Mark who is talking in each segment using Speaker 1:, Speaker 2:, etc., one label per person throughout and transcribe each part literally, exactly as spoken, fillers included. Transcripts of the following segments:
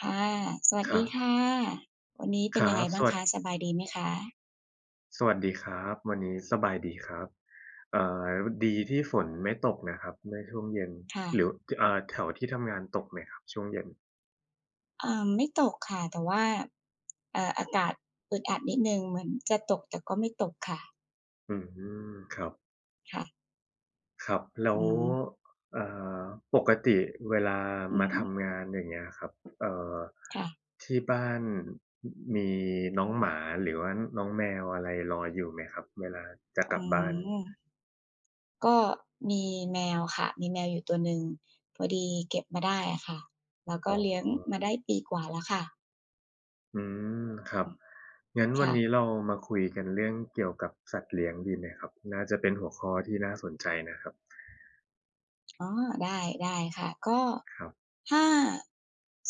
Speaker 1: ค่ะสวัส
Speaker 2: ครั
Speaker 1: ดี
Speaker 2: บ
Speaker 1: ค่ะวันนี้
Speaker 2: ค
Speaker 1: เป็น
Speaker 2: รั
Speaker 1: ยังไง
Speaker 2: บส
Speaker 1: บ้าง
Speaker 2: วัส
Speaker 1: คะ สบายดีไหมคะ
Speaker 2: สวัสดีครับวันนี้สบายดีครับเอ่อดีที่ฝนไม่ตกนะครับในช่วงเย็น
Speaker 1: ค่ะ
Speaker 2: หรือเอ่าแถวที่ทำงานตกไหมครับช่วงเย็น
Speaker 1: อ่าไม่ตกค่ะ แต่ว่าเอ่ออากาศอึดอัดนิดหนึ่งเหมือนจะตกแต่ก็ไม่ตกค่ะ
Speaker 2: อืมครับ
Speaker 1: ค่ะ
Speaker 2: ครับแล้ว
Speaker 1: อืม
Speaker 2: เอ่อปกติเวลา
Speaker 1: อือ
Speaker 2: มา
Speaker 1: ฮึ
Speaker 2: ทำงานอย่างเงี้ยครับเอ่อ
Speaker 1: ค่ะ
Speaker 2: ที่บ้านมมีน้องหมาหรือว่าน้องแมวอะไรรออยู่ไหมครับเวลาจะกลั
Speaker 1: อื
Speaker 2: บบ้าน
Speaker 1: มก็มีแมวค่ะ มีแมวอยู่ตัวหนึ่งพอดีเก็บมาได้อะค่ะแล้ว
Speaker 2: อ๋
Speaker 1: ก็
Speaker 2: อ
Speaker 1: เลี้ยงมาได้ปีกว่าแล้วค่ะ
Speaker 2: อืมครับงั้นวัน
Speaker 1: ค่ะ
Speaker 2: นี้เรามาคุยกันเรื่องเกี่ยวกับสัตว์เลี้ยงดีไหมครับน่าจะเป็นหัวข้อที่น่าสนใจนะครับ
Speaker 1: อ๋อได้ได้ค่ะก็
Speaker 2: ครับ
Speaker 1: ถ้า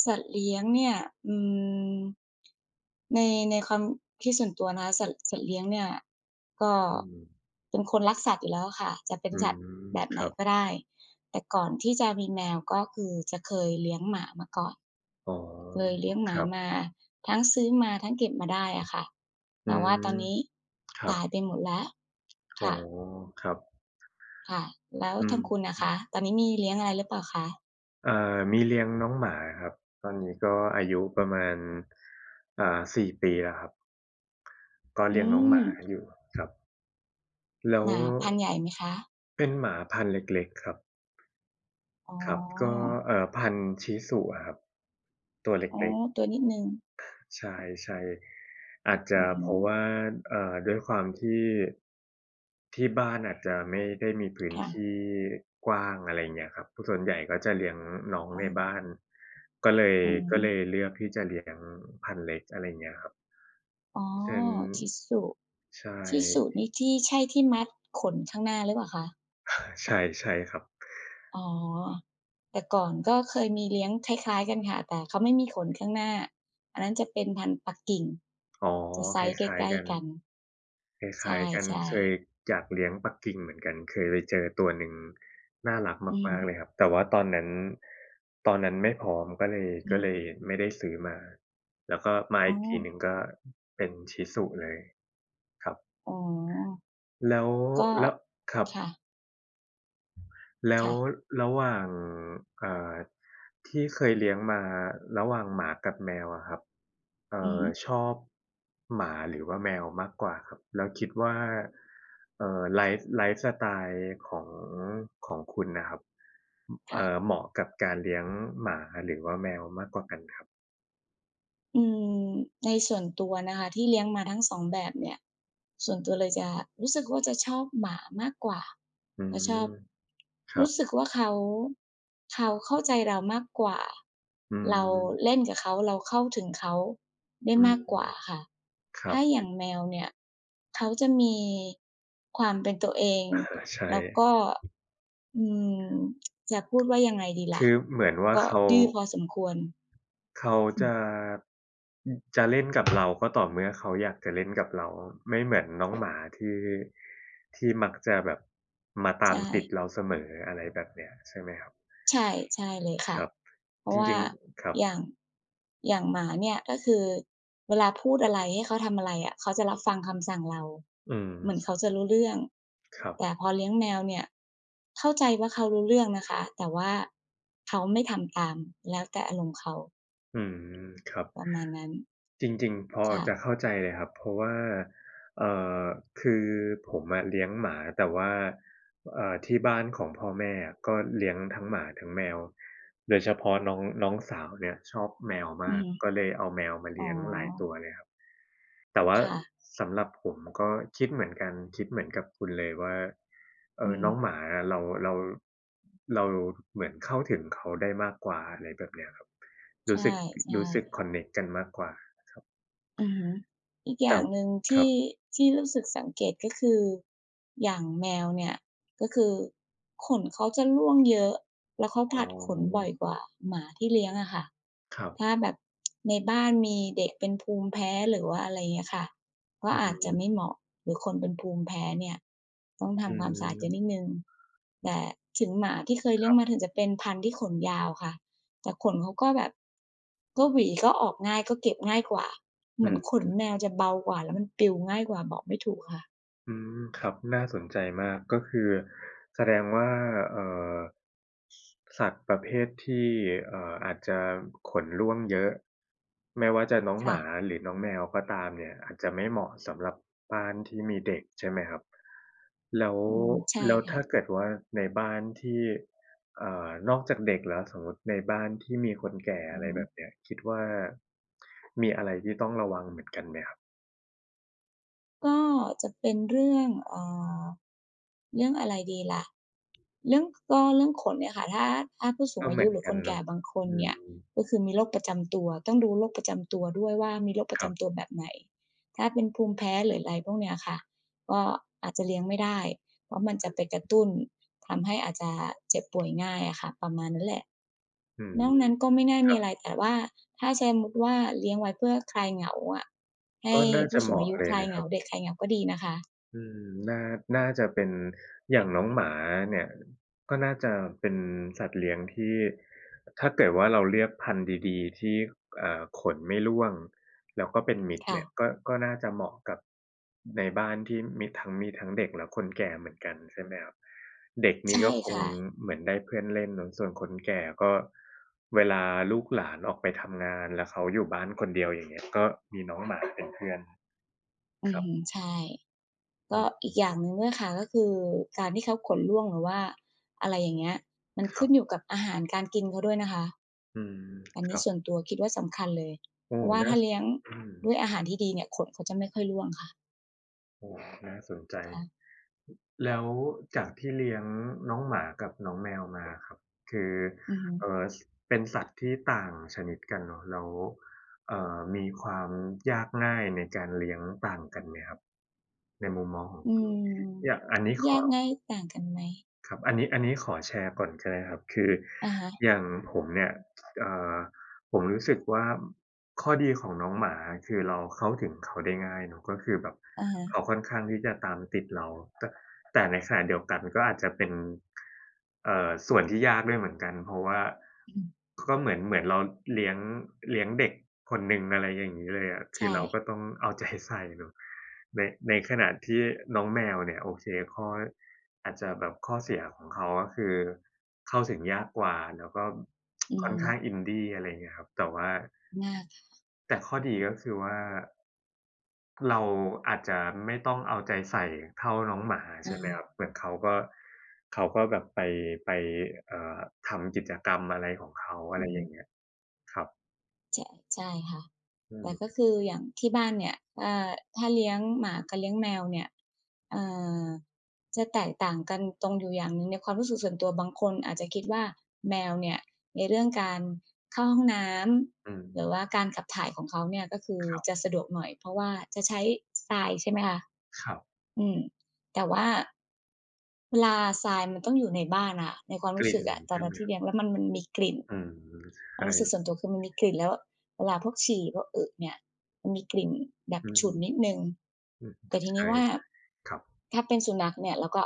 Speaker 1: สัตว์เลี้ยงเนี่ยอืมในในความคิดส่วนตัวนะคะสัตว์สัตว์เลี้ยงเนี่ยก็
Speaker 2: อืม
Speaker 1: เป็นคนรักสัตว์อยู่แล้วค่ะจะเป็น
Speaker 2: อื
Speaker 1: สัตว์
Speaker 2: ม
Speaker 1: แบบ
Speaker 2: ค
Speaker 1: ไหน
Speaker 2: รับ
Speaker 1: ก็ได้แต่ก่อนที่จะมีแมวก็คือจะเคยเลี้ยงหมามาก่อน
Speaker 2: อ๋อ
Speaker 1: เคยเลี้ยงห
Speaker 2: ค
Speaker 1: มา
Speaker 2: รับ
Speaker 1: มาทั้งซื้อมาทั้งเก็บมาได้อะค่ะ
Speaker 2: อื
Speaker 1: แต่ว่าตอน
Speaker 2: ม
Speaker 1: นี้
Speaker 2: ครับ
Speaker 1: ตายไปหมดแล้ว
Speaker 2: อ๋อ
Speaker 1: ค่ะ
Speaker 2: ครับ
Speaker 1: ค่ะแล้ว
Speaker 2: อื
Speaker 1: ทา
Speaker 2: ม
Speaker 1: งคุณน่ะคะตอนนี้มีเลี้ยงอะไรหรือเปล่าคะ
Speaker 2: เอ่อมีเลี้ยงน้องหมาครับตอนนี้ก็อายุประมาณอ่าสี่ปีแล้วครับก็
Speaker 1: อื
Speaker 2: เลี้ยงน้องห
Speaker 1: ม
Speaker 2: มาอยู่ครับแล้ว
Speaker 1: หนาพันใหญ่ไหมคะ
Speaker 2: เป็นหมาพันธุ์เล็กๆครับ
Speaker 1: อ๋อ
Speaker 2: ครับก็เอ่อพันธุ์ชิสุอะครับตัวเ
Speaker 1: อ๋อ
Speaker 2: ล็กๆ
Speaker 1: ตัวนิดหนึ่ง
Speaker 2: ใช่ๆอาจ
Speaker 1: อื
Speaker 2: จะเพ
Speaker 1: ม
Speaker 2: ราะว่าเอ่อด้วยความที่ที่บ้านอาจจะไม่ได้มีพื้น
Speaker 1: ค่ะ
Speaker 2: ที่กว้างอะไรอย่างเงี้ยครับส่วนใหญ่ก็จะเลี้ยงน้อง
Speaker 1: อ๋อ
Speaker 2: ในบ้านก็เลย
Speaker 1: อืม
Speaker 2: ก็เลยเลือกที่จะเลี้ยงพันธุ์เล็กอะไรอย่างเงี้ยครับ
Speaker 1: อ๋อ
Speaker 2: เช่น
Speaker 1: Shizu
Speaker 2: ใช่
Speaker 1: Shizu นี่ที่ใช่ที่มัดขนข้างหน้าหรือเปล่าคะ
Speaker 2: ใช่ใช่ครับ
Speaker 1: อ๋อแต่ก่อนก็เคยมีเลี้ยงคล้ายๆกันค่ะแต่เขาไม่มีขนข้างหน้าอันนั้นจะเป็นพันธุ์ปักกิ่ง
Speaker 2: อ๋อ
Speaker 1: จะไซ
Speaker 2: ค
Speaker 1: ซ์ใก
Speaker 2: ล้าย
Speaker 1: ล้
Speaker 2: ๆกัน
Speaker 1: ๆกัน
Speaker 2: คล
Speaker 1: ใช
Speaker 2: ้ายๆกัน
Speaker 1: ่
Speaker 2: เคย
Speaker 1: ๆ
Speaker 2: อยากเลี้ยงปักกิ่งเหมือนกันเคยไปเจอตัวหนึ่งน่ารัก
Speaker 1: อือฮึ
Speaker 2: มากๆเลยครับแต่ว่าตอนนั้นตอนนั้นไม่พร้อมก็เลย
Speaker 1: อื
Speaker 2: ก็
Speaker 1: ม
Speaker 2: เลยไม่ได้ซื้อมาแล้วก็มา
Speaker 1: อ๋
Speaker 2: อี
Speaker 1: อ
Speaker 2: กทีหนึ่งก็เป็น Shih Tzu เลยครับ
Speaker 1: อ๋อ
Speaker 2: แล้ว
Speaker 1: ก็
Speaker 2: แล้วครับ
Speaker 1: ค่ะ
Speaker 2: แล้ว
Speaker 1: ๆ
Speaker 2: ระหว่างเอ่อที่เคยเลี้ยงมาระหว่างหมากับแมวอะครับเอ่
Speaker 1: อือ
Speaker 2: อ
Speaker 1: ฮึ
Speaker 2: ชอบหมาหรือว่าแมวมากกว่าครับแล้วคิดว่าเอ่อไลฟ์ไลฟ์สไตล์ของของคุณน่ะครับ
Speaker 1: ค่ะ
Speaker 2: เอ่อเหมาะกับการเลี้ยงหมาหรือว่าแมวมากกว่ากันครับ
Speaker 1: อืมในส่วนตัวนะคะที่เลี้ยงมาทั้งสองแบบเนี่ยส่วนตัวเลยจะรู้สึกว่าจะชอบหมามากกว่า
Speaker 2: อื
Speaker 1: เราชอบ
Speaker 2: มครับ
Speaker 1: รู้สึกว่าเขาเขาเข้าใจเรามากกว่า
Speaker 2: อื
Speaker 1: เรา
Speaker 2: ม
Speaker 1: เล่นกับเขาเราเข้าถึงเขาได้
Speaker 2: อืม
Speaker 1: มากกว่าค่ะ
Speaker 2: ครั
Speaker 1: ถ้า
Speaker 2: บ
Speaker 1: อย่างแมวเนี่ยเขาจะมีความเป็นตัวเอง
Speaker 2: อาใช่
Speaker 1: แล้วก็อืมจะพูดว่ายังไงดีล่ะ
Speaker 2: คือเหมือนว่า
Speaker 1: ก็
Speaker 2: เขา
Speaker 1: ดื้อพอสมควร
Speaker 2: เขา
Speaker 1: อื
Speaker 2: จะ
Speaker 1: ม
Speaker 2: อือจะเล่นกับเราก็ต่อเมื่อเขาอยากจะเล่นกับเราไม่เหมือนน้องหมาที่ที่มักจะแบบมาตาม
Speaker 1: ใช่
Speaker 2: ติดเราเสมออะไรแบบเนี้ยใช่ไหมครับ
Speaker 1: ใช่ใช่เลย
Speaker 2: ค
Speaker 1: ค่ะ
Speaker 2: รับ
Speaker 1: เพ
Speaker 2: จ
Speaker 1: ราะว่า
Speaker 2: ริงๆครับ
Speaker 1: อย่างอย่างหมาเนี่ยก็คือเวลาพูดอะไรให้เขาทำอะไรอะเขาจะรับฟังคำสั่งเรา
Speaker 2: อืม
Speaker 1: เหมือนเขาจะรู้เรื่อง
Speaker 2: ครับ
Speaker 1: แต่พอเลี้ยงแมวเนี่ยเข้าใจว่าเขารู้เรื่องนะคะแต่ว่าเขาไม่ทำตามแล้วแต่อารมณ์เขา
Speaker 2: อืมครับ
Speaker 1: ประมาณนั้น
Speaker 2: จริงๆพอ
Speaker 1: ค่ะ
Speaker 2: จะเข้าใจเลยครับเพราะว่าเอ่อคือผมอะเลี้ยงหมาแต่ว่าเอ่อที่บ้านของพ่อแม่อะก็เลี้ยงทั้งหมาทั้งแมวโดยเฉพาะน้องน้องสาวเนี่ยชอบแมว
Speaker 1: อื
Speaker 2: มา
Speaker 1: อ
Speaker 2: ก
Speaker 1: ฮึ
Speaker 2: ก็เลยเอาแมวมา
Speaker 1: อ๋อ
Speaker 2: เลี้ยงหลายตัวเลยครับแต่ว่า
Speaker 1: ค่ะ
Speaker 2: สำหรับผมก็คิดเหมือนกันคิดเหมือนกับคุณเลยว่าเอ่
Speaker 1: อื
Speaker 2: อ
Speaker 1: อฮึ
Speaker 2: น้องหมาอะเราเราเราเหมือนเข้าถึงเขาได้มากกว่าอะไรแบบเนี้ยครับรู้
Speaker 1: ใช่
Speaker 2: สึก
Speaker 1: ใช่
Speaker 2: รู้สึกคอนเน็กต์กันมากกว่า
Speaker 1: อือฮึอีกอ
Speaker 2: แต่
Speaker 1: ย่างหนึ่ง
Speaker 2: ครับ
Speaker 1: ที่ที่รู้สึกสังเกตก็คืออย่างแมวเนี่ยก็คือขนเขาจะร่วงเยอะแล้วเขา
Speaker 2: อ๋
Speaker 1: ผลัดขนบ่
Speaker 2: อ
Speaker 1: อยกว่าหมาที่เลี้ยงอะค่ะ
Speaker 2: ครับ
Speaker 1: ถ้าแบบในบ้านมีเด็กเป็นภูมิแพ้หรือว่าอะไรเงี้ยค่ะก็
Speaker 2: อื
Speaker 1: อาจจะไม่
Speaker 2: ม
Speaker 1: เหมาะหรือคนเป็นภูมิแพ้เนี่ยต้อง
Speaker 2: อื
Speaker 1: ทำความสะอาดเยอะนิ
Speaker 2: ม
Speaker 1: ดหนึ่งแต่ถึงหมาที่เคยเลี้ยงมาถึงจะเป็นพันธุ์ที่ขนยาวค่ะแต่ขนเขาก็แบบก็หวีก็ออกง่ายก็เก็บง่ายกว่า เห
Speaker 2: อื
Speaker 1: มือน
Speaker 2: ม
Speaker 1: ขนแมวจะเบากว่าแล้วมันปลิวง่ายกว่าบอกไม่ถูกค่ะ
Speaker 2: อืมครับน่าสนใจมากก็คือแสดงว่าเอ่อสสัตว์ประเภทที่เอ่ออาจจะขนร่วงเยอะไม่ว่าจะน้องห
Speaker 1: ค่ะ
Speaker 2: มาหรือน้องแมวก็ตามเนี่ยอาจจะไม่เหมาะสำหรับบ้านที่มีเด็กใช่ไหมครับแล้ว
Speaker 1: อืมใช่
Speaker 2: แล้ว
Speaker 1: ค่ะ
Speaker 2: ถ้าเกิดว่าในบ้านที่เอ่อนอกจากเด็กแล้วสมมุติในบ้านที่มีคนแก่
Speaker 1: อื
Speaker 2: อะ
Speaker 1: อ
Speaker 2: ไร
Speaker 1: ฮึ
Speaker 2: แบบเนี้ยคิดว่ามีอะไรที่ต้องระวังเหมือนกันไหมครับ
Speaker 1: ก็จะเป็นเรื่องเอ่อเรื่องอะไรดีล่ะเรื่องก็เรื่องขนเนี่ยค่ะถ้าถ้าผู้สูง
Speaker 2: ก็
Speaker 1: อา
Speaker 2: เหมื
Speaker 1: ยุ
Speaker 2: อน
Speaker 1: หรือ
Speaker 2: กั
Speaker 1: ค
Speaker 2: น
Speaker 1: นแก่
Speaker 2: เนาะ
Speaker 1: บางคน
Speaker 2: อื
Speaker 1: เนี่ย
Speaker 2: ม
Speaker 1: ก็คือมีโรคประจำตัวต้องดูโรคประจำตัวด้วยว่ามีโรคป
Speaker 2: ค
Speaker 1: ระ
Speaker 2: รั
Speaker 1: จำ
Speaker 2: บ
Speaker 1: ตัวแบบไหนถ้าเป็นภูมิแพ้หรืออะไรพวกเนี้ยค่ะก็อาจจะเลี้ยงไม่ได้เพราะมันจะไปกระตุ้นทำให้อาจจะเจ็บป่วยง่ายอะค่ะประมาณนั้นแหละ
Speaker 2: อืม
Speaker 1: นอกนั้นก็ไม่น่า
Speaker 2: ครั
Speaker 1: มี
Speaker 2: บ
Speaker 1: อะไรแต่ว่าถ้าสมมุติว่าเลี้ยงไว้เพื่อคลายเหงาอะให้
Speaker 2: ก็น่าจะ
Speaker 1: ผู้
Speaker 2: เห
Speaker 1: สูงอา
Speaker 2: มาะ
Speaker 1: ยุ
Speaker 2: เลย
Speaker 1: คลายเหงาเด็กคลายเหงาก็ดีนะคะ
Speaker 2: อืมน่าน่าจะเป็นอย่างน้องหมาเนี่ยก็น่าจะเป็นสัตว์เลี้ยงที่ถ้าเกิดว่าเราเลือกพันธุ์ดีๆที่อ่าขนไม่ร่วงแล้วก็เป็นมิตร
Speaker 1: ค่ะ
Speaker 2: เนี่ยก็ก็น่าจะเหมาะกับในบ้านที่มีทั้งมีทั้งเด็กและคนแก่เหมือนกันใช่ไหมครับเด็กนี่
Speaker 1: ใช่
Speaker 2: ก็คง
Speaker 1: ค่ะ
Speaker 2: เหมือนได้เพื่อนเล่นเนาะส่วนคนแก่ก็เวลาลูกหลานออกไปทำงานแล้วเขาอยู่บ้านคนเดียวอย่างเงี้ยก็มีน้องหมาเป็นเพื่อน
Speaker 1: อื
Speaker 2: ค
Speaker 1: อ
Speaker 2: รั
Speaker 1: ฮึ
Speaker 2: บ
Speaker 1: ใช่
Speaker 2: อื
Speaker 1: ก็
Speaker 2: ม
Speaker 1: อีกอย่างหนึ่งด้วยค่ะก็คือการที่เขาขนร่วงหรือว่าอะไรอย่างเงี้ยมัน
Speaker 2: ครั
Speaker 1: ขึ้
Speaker 2: บ
Speaker 1: นอยู่กับอาหารการกินเขาด้วยนะคะ
Speaker 2: อืม
Speaker 1: อัน
Speaker 2: ครั
Speaker 1: นี้
Speaker 2: บ
Speaker 1: ส่วนตัวคิดว่าสำคัญเลย
Speaker 2: โอ้
Speaker 1: เพราะว่า
Speaker 2: น่า
Speaker 1: ถ้า
Speaker 2: ส
Speaker 1: เลี้ยง
Speaker 2: อืม
Speaker 1: ด้วยอาหารที่ดีเนี่ยขนเขาจะไม่ค่อยร่วงค่ะ
Speaker 2: โอ้น่าสนใจ
Speaker 1: ค่ะ
Speaker 2: แล้วจากที่เลี้ยงน้องหมากับน้องแมวมาครับคือ
Speaker 1: อือฮึ
Speaker 2: เอ่อสเป็นสัตว์ที่ต่างชนิดกันเนาะแล้วเอ่อมีความยากง่ายในการเลี้ยงต่างกันไหมครับในมุมมองของ
Speaker 1: อื
Speaker 2: คุณอย่าง
Speaker 1: ม
Speaker 2: อันนี้ขอ
Speaker 1: ยากง่ายต่างกันไหม
Speaker 2: ครับอันนี้อันนี้ขอแชร์ก่อนก็ได้ครับคือ
Speaker 1: อะฮะ
Speaker 2: อย่างผมเนี่ยเอ่อผมรู้สึกว่า ข้อดีของน้องหมาคือเราเข้าถึงเขาได้ง่ายเนาะก็คือแบบ
Speaker 1: ๆ
Speaker 2: เขาค่อนข้างที่จะตามติดเราแต่แต่ในขณะเดียวกันก็อาจจะเป็นเอ่อส่วนที่ยากด้วยเหมือนกันเพราะว่า
Speaker 1: อืม
Speaker 2: ก็เหมือนเหมือนเราเลี้ยงเลี้ยงเด็กคนหนึ่งอะไรอย่างงี้เลยอะคือ
Speaker 1: ใช่
Speaker 2: เราก็ต้องเอาใจใส่เนาะในในขณะที่น้องแมวเนี่ยโอเคข้ออาจจะแบบข้อเสียของเขาก็คือเข้าถึงยากกว่าแล้วก็
Speaker 1: อือ
Speaker 2: ค่อน
Speaker 1: ฮึ
Speaker 2: ข้าง Indie อะไรเงี้ยครับแต่ว่า
Speaker 1: มาก
Speaker 2: แต่ข้อดีก็คือว่าเราอาจจะไม่ต้องเอาใจใส่เท่าน้องหมาใช่ไหมครั
Speaker 1: อะ
Speaker 2: บเหมือนเขาก็เขาก็แบบไปไปเอ่อทำกิจกรรมอะไรของเขาอะ
Speaker 1: อื
Speaker 2: ไรอย่า
Speaker 1: ม
Speaker 2: งเงี้ยครับ
Speaker 1: ใช่ใช่ค่ะ
Speaker 2: อื
Speaker 1: แต่ก็
Speaker 2: ม
Speaker 1: คืออย่างที่บ้านเนี่ยอ่าถ้าเลี้ยงหมากับเลี้ยงแมวเนี่ยเอ่อจะแตกต่างกันตรงอยู่อย่างหนึ่งในความรู้สึกส่วนตัวบางคนอาจจะคิดว่าแมวเนี่ยในเรื่องการเข้าห้องน้
Speaker 2: อืม
Speaker 1: ำหรือว่าการขับถ่ายของเขาเนี่ยก็คือ
Speaker 2: ครั
Speaker 1: จะ
Speaker 2: บ
Speaker 1: สะดวกหน่อยเพราะว่าจะใช้ทรายใช่ไหมคะ
Speaker 2: ครับ
Speaker 1: อืมแต่ว่า เวลาทรายมันต้องอยู่ในบ้านอะในความ
Speaker 2: ก
Speaker 1: รู้
Speaker 2: ลิ่น
Speaker 1: สึกอะตอ
Speaker 2: ใช่
Speaker 1: น
Speaker 2: ไห
Speaker 1: นั้
Speaker 2: ม
Speaker 1: น
Speaker 2: ค
Speaker 1: ที่
Speaker 2: รับ
Speaker 1: เลี้ยงแล้วมันมันมีกลิ่น
Speaker 2: อืม
Speaker 1: ความรู้สึก
Speaker 2: ใช่
Speaker 1: ส่วนตัวคือมันมีกลิ่นแล้วเวลาพวกฉี่พวกอึเนี่ยมันมีกลิ่นแบบ
Speaker 2: อืม
Speaker 1: ฉุนนิดหนึ่ง
Speaker 2: อืม
Speaker 1: แต่ทีนี้
Speaker 2: ใช่
Speaker 1: ว่า
Speaker 2: ๆครับ
Speaker 1: ถ้าเป็นสุนัขเนี่ยเราก็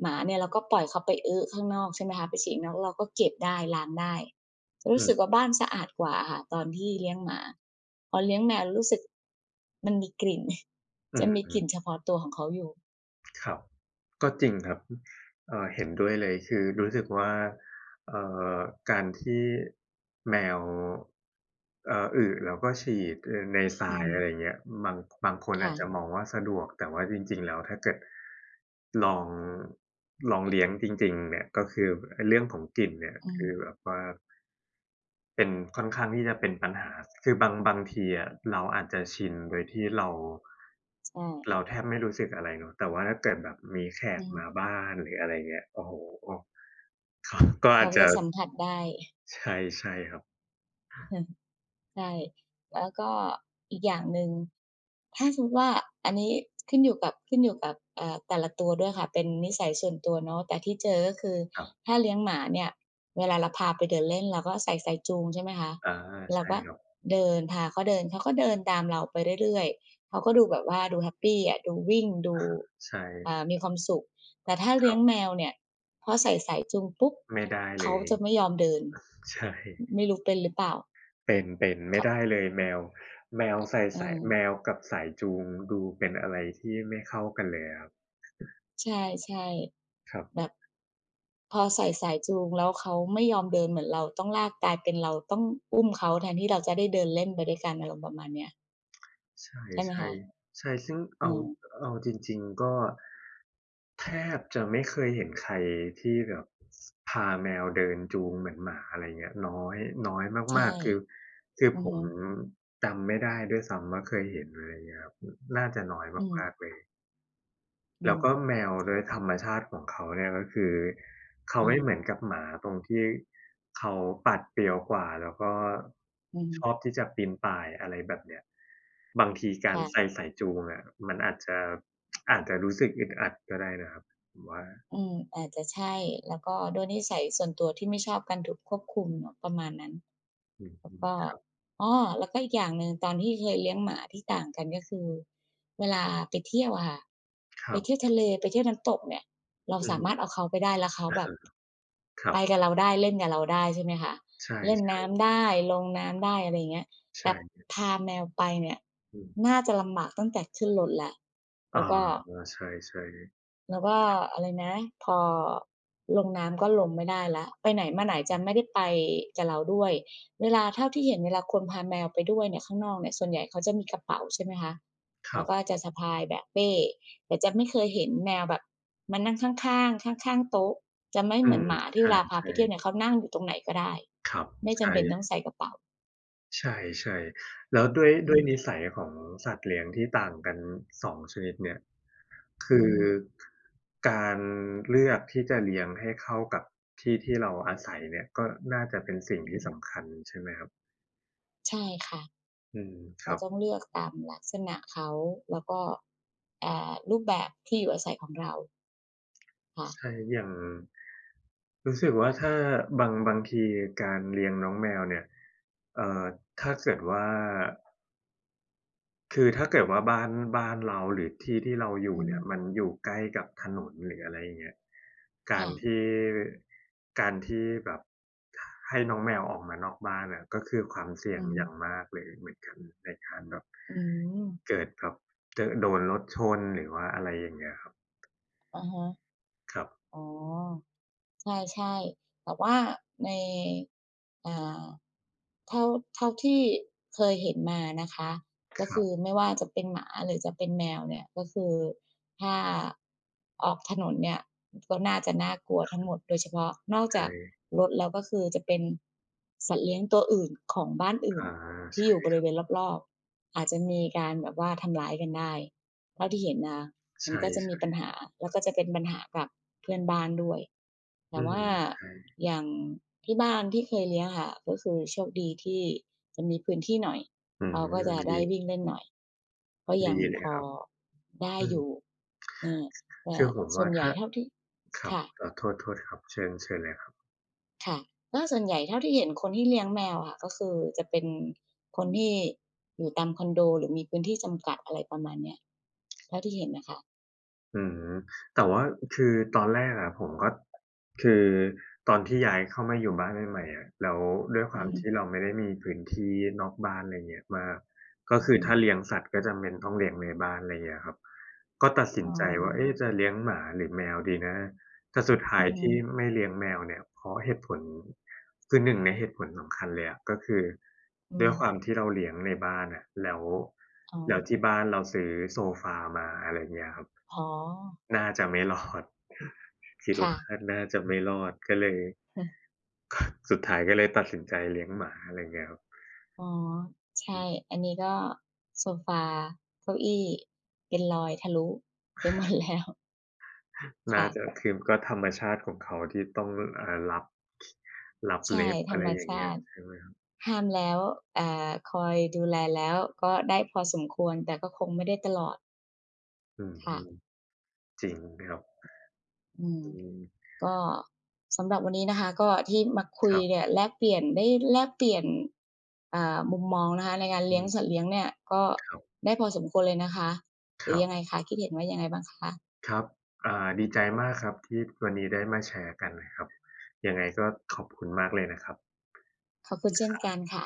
Speaker 1: หมาเนี่ยเราก็ปล่อยเขาไปอึข้างนอกใช่ไหมคะไปฉี่ข้างนอกแล้วเราก็เก็บได้ล้างได้
Speaker 2: อื
Speaker 1: รู้
Speaker 2: ม
Speaker 1: สึกว่าบ้านสะอาดกว่าอะค่ะตอนที่เลี้ยงหมาพอเลี้ยงแมวรู้สึกมันมีกลิ่น
Speaker 2: อื
Speaker 1: จะมี
Speaker 2: ม
Speaker 1: กลิ่นเฉพาะตัวของเขาอยู่
Speaker 2: ครับก็จริงครับเอ่อเห็นด้วยเลยคือรู้สึกว่าเอ่อการที่แมวเอ่ออึแล้วก็ฉี่เอ่อในทรา
Speaker 1: อือ
Speaker 2: ย
Speaker 1: ฮึ
Speaker 2: อะไรอย่างเงี้ยบางบางคนอา
Speaker 1: ค่ะ
Speaker 2: จจะมองว่าสะดวกแต่ว่าจริงๆแล้วถ้าเกิดลองลองเลี้ยงจริงๆเนี่ยก็คืออเรื่องของกลิ่นเนี่ย
Speaker 1: อืม
Speaker 2: คือแบบว่า เป็นค่อนข้างที่จะเป็นปัญหาคือบางบางทีอะเราอาจจะชินโดยที่เรา
Speaker 1: ใช่
Speaker 2: เราแทบไม่รู้สึกอะไรเนาะแต่ว่าถ้าเกิดแบบมีแข
Speaker 1: อื
Speaker 2: กมา
Speaker 1: ม
Speaker 2: บ้านหรืออะไรเงี้ยโอ้โฮก็ก็อา
Speaker 1: เขา
Speaker 2: จจะ
Speaker 1: จะสัมผัสได้
Speaker 2: ใช่ใช่ครับ
Speaker 1: ใช่แล้วก็อีกอย่างหนึ่งถ้าสมมุติว่าอันนี้ขึ้นอยู่กับขึ้นอยู่กับเอ่อแต่ละตัวด้วยค่ะเป็นนิสัยส่วนตัวเนาะแต่ที่เจอก็คือ
Speaker 2: ครับ
Speaker 1: ถ้าเลี้ยงหมาเนี่ยเวลาเราพาไปเดินเล่นเราก็ใส่สายจูงใช่ไหมคะ
Speaker 2: อา
Speaker 1: เรา
Speaker 2: ใช่
Speaker 1: ก็
Speaker 2: ครับ
Speaker 1: เดินพาเขาเดินเขาก็เดินตามเราไปเรื่อยๆเขาก็ดูแบบว่าดูแฮปปีอะดูวิ่งดู
Speaker 2: ใช่
Speaker 1: อ่ามีความสุขแต่ถ้า
Speaker 2: ค
Speaker 1: เลี้
Speaker 2: รั
Speaker 1: ยง
Speaker 2: บ
Speaker 1: แมวเนี่ยพอใส่สายจูงปุ๊บ
Speaker 2: ไม่ได้เล
Speaker 1: เขา
Speaker 2: ย
Speaker 1: จะไม่ยอมเดิน
Speaker 2: ใช่
Speaker 1: ไม่รู้เป็นหรือเปล่า
Speaker 2: เป็นเป็นไม่
Speaker 1: เขา
Speaker 2: ได้เลยแมวแมวใส่
Speaker 1: เอ
Speaker 2: สาย
Speaker 1: อ
Speaker 2: แมวกับสายจูงดูเป็นอะไรที่ไม่เข้ากันเลยอะครับ
Speaker 1: ใช่
Speaker 2: ครับ
Speaker 1: ๆแบบพอใส่สายจูงแล้วเขาไม่ยอมเดินเหมือนเราต้องลากกลายเป็นเราต้องอุ้มเขาแทนที่เราจะได้เดินเล่นไปด้วยกันอารมณ์ประมาณเนี้ย
Speaker 2: ใช
Speaker 1: ใช่ไหม
Speaker 2: ่
Speaker 1: คะ
Speaker 2: ๆใช่ซึ่ง
Speaker 1: เอ
Speaker 2: เอา
Speaker 1: อ
Speaker 2: เอาจริงๆก็ แทบจะไม่เคยเห็นใครที่แบบพาแมวเดินจูงเหมือนหมาอะไรเงี้ยน้อยน้อยมา
Speaker 1: ใช่
Speaker 2: กๆคือคือ
Speaker 1: อื
Speaker 2: ผ
Speaker 1: อฮึ
Speaker 2: มจำไม่ได้ด้วยซ้ำว่าเคยเห็นอะไรเงี้ยครับน่าจะน้อย
Speaker 1: อืม
Speaker 2: มา
Speaker 1: ๆ
Speaker 2: กๆเลยแล้วก็แมวโดยธรรมชาติของเขาเนี่ยก็คือเขา
Speaker 1: อือ
Speaker 2: ไม่
Speaker 1: ฮึ
Speaker 2: เหมือนกับหมาตรงที่เขาปัดเปรียวกว่าแล้วก็
Speaker 1: อือฮึ
Speaker 2: ชอบที่จะปีนป่ายอะไรแบบเนี้ยบางทีการ
Speaker 1: ค่ะ
Speaker 2: ใส่สายจูงอะมันอาจจะอาจจะรู้สึกอึดอัดก็ได้นะครับผมว่า
Speaker 1: อืมอาจจะใช่แล้วก็ด้วยนิสัยส่วนตัวที่ไม่ชอบการถูกควบคุมเนาะประมาณนั้น
Speaker 2: อืม
Speaker 1: แล้ว
Speaker 2: อืม
Speaker 1: ก็อ้อแล้วก็อีกอย่างหนึ่งตอนที่เคยเลี้ยงหมาที่ต่างกันก็คือเวลาไปเที่ยวอะค่ะ
Speaker 2: ค
Speaker 1: ไป
Speaker 2: รั
Speaker 1: เที่ยว
Speaker 2: บ
Speaker 1: ทะเลไปเที่ยวน้ำตกเนี่ยเรา
Speaker 2: อื
Speaker 1: สา
Speaker 2: ม
Speaker 1: มารถเอาเขาไปได้แล้วเขาแบบ
Speaker 2: ครั
Speaker 1: ไป
Speaker 2: บ
Speaker 1: กับเราได้เล่นกับเราได้ใช่ไหมคะ
Speaker 2: ใช่
Speaker 1: เล่นน้ำได้ลงน้ำได้อะไรอย่างเงี้ย
Speaker 2: ๆ
Speaker 1: แต่
Speaker 2: ใช่
Speaker 1: พาแมวไปเนี่ย
Speaker 2: อืม
Speaker 1: น่าจะลำบากตั้งแต่ขึ้นรถแล้ว
Speaker 2: อ๋อ
Speaker 1: แล้วก็
Speaker 2: ใช่
Speaker 1: แล้วก็อะไรนะพอลงน้ำก็ลงไม่ได้แล้วไปไหนมาไหนจะไม่ได้ไปกับเราด้วยเวลาเท่าที่เห็นเวลาคนพาแมวไปด้วยเนี่ยข้างนอกเนี่ยส่วนใหญ่เขาจะมีกระเป๋าใช่ไหมคะ
Speaker 2: ๆครั
Speaker 1: แล้
Speaker 2: บ
Speaker 1: วก็จะสะพายแบกเป้แต่จะไม่เคยเห็นแมวแบบมานั่งข้างๆข้างๆโต๊ะจะไม่
Speaker 2: อื
Speaker 1: เหมือ
Speaker 2: ม
Speaker 1: นหมา
Speaker 2: ใ
Speaker 1: ที่เวลาพา
Speaker 2: ช่
Speaker 1: ไปเที่ยวเนี่ย
Speaker 2: ๆ
Speaker 1: เขานั่งอยู่ตรงไหนก็ได้
Speaker 2: ครับ
Speaker 1: ไม่จำ
Speaker 2: ใช่
Speaker 1: เป็นต้องใส่กระเป๋า
Speaker 2: ใช่ๆแล้วด้วย
Speaker 1: อื
Speaker 2: ด้วย
Speaker 1: ม
Speaker 2: นิสัยของสัตว์เลี้ยงที่ต่างกันสองชนิดเนี่ยคื
Speaker 1: อือ
Speaker 2: อ
Speaker 1: ฮึ
Speaker 2: การเลือกที่จะเลี้ยงให้เข้ากับที่ที่เราอาศัยเนี่ยก็น่าจะเป็นสิ่ง
Speaker 1: อือ
Speaker 2: ที่
Speaker 1: ฮึ
Speaker 2: สำคัญใช่ไหมครับ
Speaker 1: ใช่ค่ะ
Speaker 2: อืมค
Speaker 1: เรา
Speaker 2: รับ
Speaker 1: ต้องเลือกตามลักษณะเขาแล้วก็เอ่อรูปแบบที่อยู่อาศัยของเราค่ะ
Speaker 2: ใช่อย่างรู้สึกว่าถ้าบางบางทีการเลี้ยงน้องแมวเนี่ยเอ่อถ้าเกิดว่า คือถ้าเกิดว่าบ้านบ้านเราหรือที่ที่เราอยู่
Speaker 1: อื
Speaker 2: เนี่ยมัน
Speaker 1: ม
Speaker 2: อยู่ใกล้กับถนนหรืออะไรอย่างเงี้ยการ
Speaker 1: ค่ะ
Speaker 2: ที่การที่แบบให้น้องแมวออกมานอกบ้านอะก็คือความเสี่ย
Speaker 1: อื
Speaker 2: ง
Speaker 1: ม
Speaker 2: อย่างมากเลยเหมือนกันในการแบบ
Speaker 1: อืม
Speaker 2: เกิดแบบเจอโดนรถชนหรือว่าอะไรอย่างเงี้ยครับ
Speaker 1: อะฮะ
Speaker 2: ครับ
Speaker 1: อ๋อ ใช่ๆแต่ว่าในอ่าเท่าเท่าที่เคยเห็นมานะคะ
Speaker 2: ค
Speaker 1: ก็
Speaker 2: รั
Speaker 1: คือ
Speaker 2: บ
Speaker 1: ไม่ว่าจะเป็นหมาหรือจะเป็นแมวเนี่ยก็คือถ้าออกถนนเนี่ยก็น่าจะน่ากลัวทั้งหมดโดยเฉพาะนอกจาก
Speaker 2: ใช่
Speaker 1: รถแล้วก็คือจะเป็นสัตว์เลี้ยงตัวอื่นของบ้านอื่น
Speaker 2: อา
Speaker 1: ที่อ
Speaker 2: ใช่
Speaker 1: ยู่บริเวณรอบๆอาจจะมีการแบบว่าทำร้ายกันได้เท่าที่เห็นนะ มัน
Speaker 2: ใช่
Speaker 1: ก็จะมีปัญหาแล้วก็จะเป็นปัญหากับเพื่อนบ้านด้วย
Speaker 2: ๆอื
Speaker 1: แต่
Speaker 2: ม
Speaker 1: ว่า
Speaker 2: ใช่
Speaker 1: อย่างที่บ้านที่เคยเลี้ยงค่ะก็คือโชคดีที่จะมีพื้นที่หน่อย
Speaker 2: อืม
Speaker 1: เขาก็จะได้
Speaker 2: ดี
Speaker 1: วิ่งเล่นหน่อยก็ยั
Speaker 2: ดี
Speaker 1: ง
Speaker 2: เล
Speaker 1: พ
Speaker 2: ย
Speaker 1: อ
Speaker 2: ครับ
Speaker 1: ได้
Speaker 2: อื
Speaker 1: อ
Speaker 2: ม
Speaker 1: ยู่เออแต่
Speaker 2: คือผม
Speaker 1: ส่
Speaker 2: ว่า
Speaker 1: วนใหญ่
Speaker 2: ถ้า
Speaker 1: เท่าที่
Speaker 2: ครับ
Speaker 1: ค่ะ
Speaker 2: เอ่อโทษโทษครับเชิญเชิญเลย
Speaker 1: ค่ะก็ส่วนใหญ่เท่าที่เห็นคนที่เลี้ยงแมวค่ะก็คือจะเป็นคนที่อยู่ตามคอนโดหรือมีพื้นที่จำกัดอะไรประมาณเนี้ยเท่าที่เห็นนะคะ
Speaker 2: อืมแต่ว่าคือตอนแรกอะผมก็คือตอนที่ย้ายเข้ามาอยู่บ้านใหม่ๆอะแล้วด้วยค
Speaker 1: อื
Speaker 2: วาม
Speaker 1: อฮึ
Speaker 2: ที่เราไม่ได้มีพื้นที่นอกบ้านอะไรเงี้ยมากก็
Speaker 1: อือ
Speaker 2: คือ
Speaker 1: ฮึ
Speaker 2: ถ้าเลี้ยงสัตว์ก็จำเป็นต้องเลี้ยงในบ้านอะไรเงี้ยครับก็ตัดสิน
Speaker 1: อ๋อ
Speaker 2: ใจว่าเอ๊ะจะเลี้ยงหมาหรือแมวดีนะแต่สุดท้า
Speaker 1: อื
Speaker 2: ย
Speaker 1: อฮึ
Speaker 2: ที่ไม่เลี้ยงแมวเนี่ยเพราะเหตุผลคือหนึ่งในเหตุผลสำคัญเลยอะก็คือ
Speaker 1: อื
Speaker 2: ด้ว
Speaker 1: ม
Speaker 2: ยความที่เราเลี้ยงในบ้านอะแล้ว
Speaker 1: อ๋อ
Speaker 2: แล้วที่บ้านเราซื้อโซฟามาอะไรเงี้ยครับ
Speaker 1: อ๋อ
Speaker 2: น่าจะไม่รอด คิด
Speaker 1: ค่ะ
Speaker 2: ว่าน่าจะไม่รอดก็เลย สุดท้ายก็เลยตัดสินใจเลี้ยงหมาอะไรเงี้ยครับ
Speaker 1: อ๋อ ใช่ อันนี้ก็โซฟาเก้าอี้เป็นรอยทะลุไปหมดแล้ว
Speaker 2: น่า
Speaker 1: ค่ะ
Speaker 2: จะคือก็ธรรมชาติของเขาที่ต้องอ่ารับรับ
Speaker 1: ใช่
Speaker 2: เล็บ
Speaker 1: ธ
Speaker 2: อะ
Speaker 1: ร
Speaker 2: ไร
Speaker 1: รม
Speaker 2: อย่าง
Speaker 1: ชา
Speaker 2: เงี้ย
Speaker 1: ติ
Speaker 2: ใช่ไหมครับ
Speaker 1: ห้ามแล้วอ่าคอยดูแลแล้วก็ได้พอสมควร แต่ก็คงไม่ได้ตลอด
Speaker 2: อื
Speaker 1: ค่ะ
Speaker 2: มๆจริงครับ
Speaker 1: อืม
Speaker 2: อืม
Speaker 1: ก็สำหรับวันนี้นะคะก็ที่มาคุ
Speaker 2: ค
Speaker 1: ย
Speaker 2: รับ
Speaker 1: เนี่ยแลกเปลี่ยนได้แลกเปลี่ยนอ่ามุมมองนะคะในการ
Speaker 2: อื
Speaker 1: เลี้ยง
Speaker 2: ม
Speaker 1: สัตว์เลี้ยงเนี่ยก็
Speaker 2: ครับ
Speaker 1: ได้พอสมควรเลยนะคะ
Speaker 2: ค
Speaker 1: หรือ
Speaker 2: รั
Speaker 1: ยังไง
Speaker 2: บ
Speaker 1: คะคิดเห็นว่ายังไงบ้างคะ
Speaker 2: ครับอ่าดีใจมากครับที่วันนี้ได้มาแชร์กันนะครับยังไงก็ขอบคุณมากเลยนะครับ
Speaker 1: ขอบคุณเช่นกันค่ะ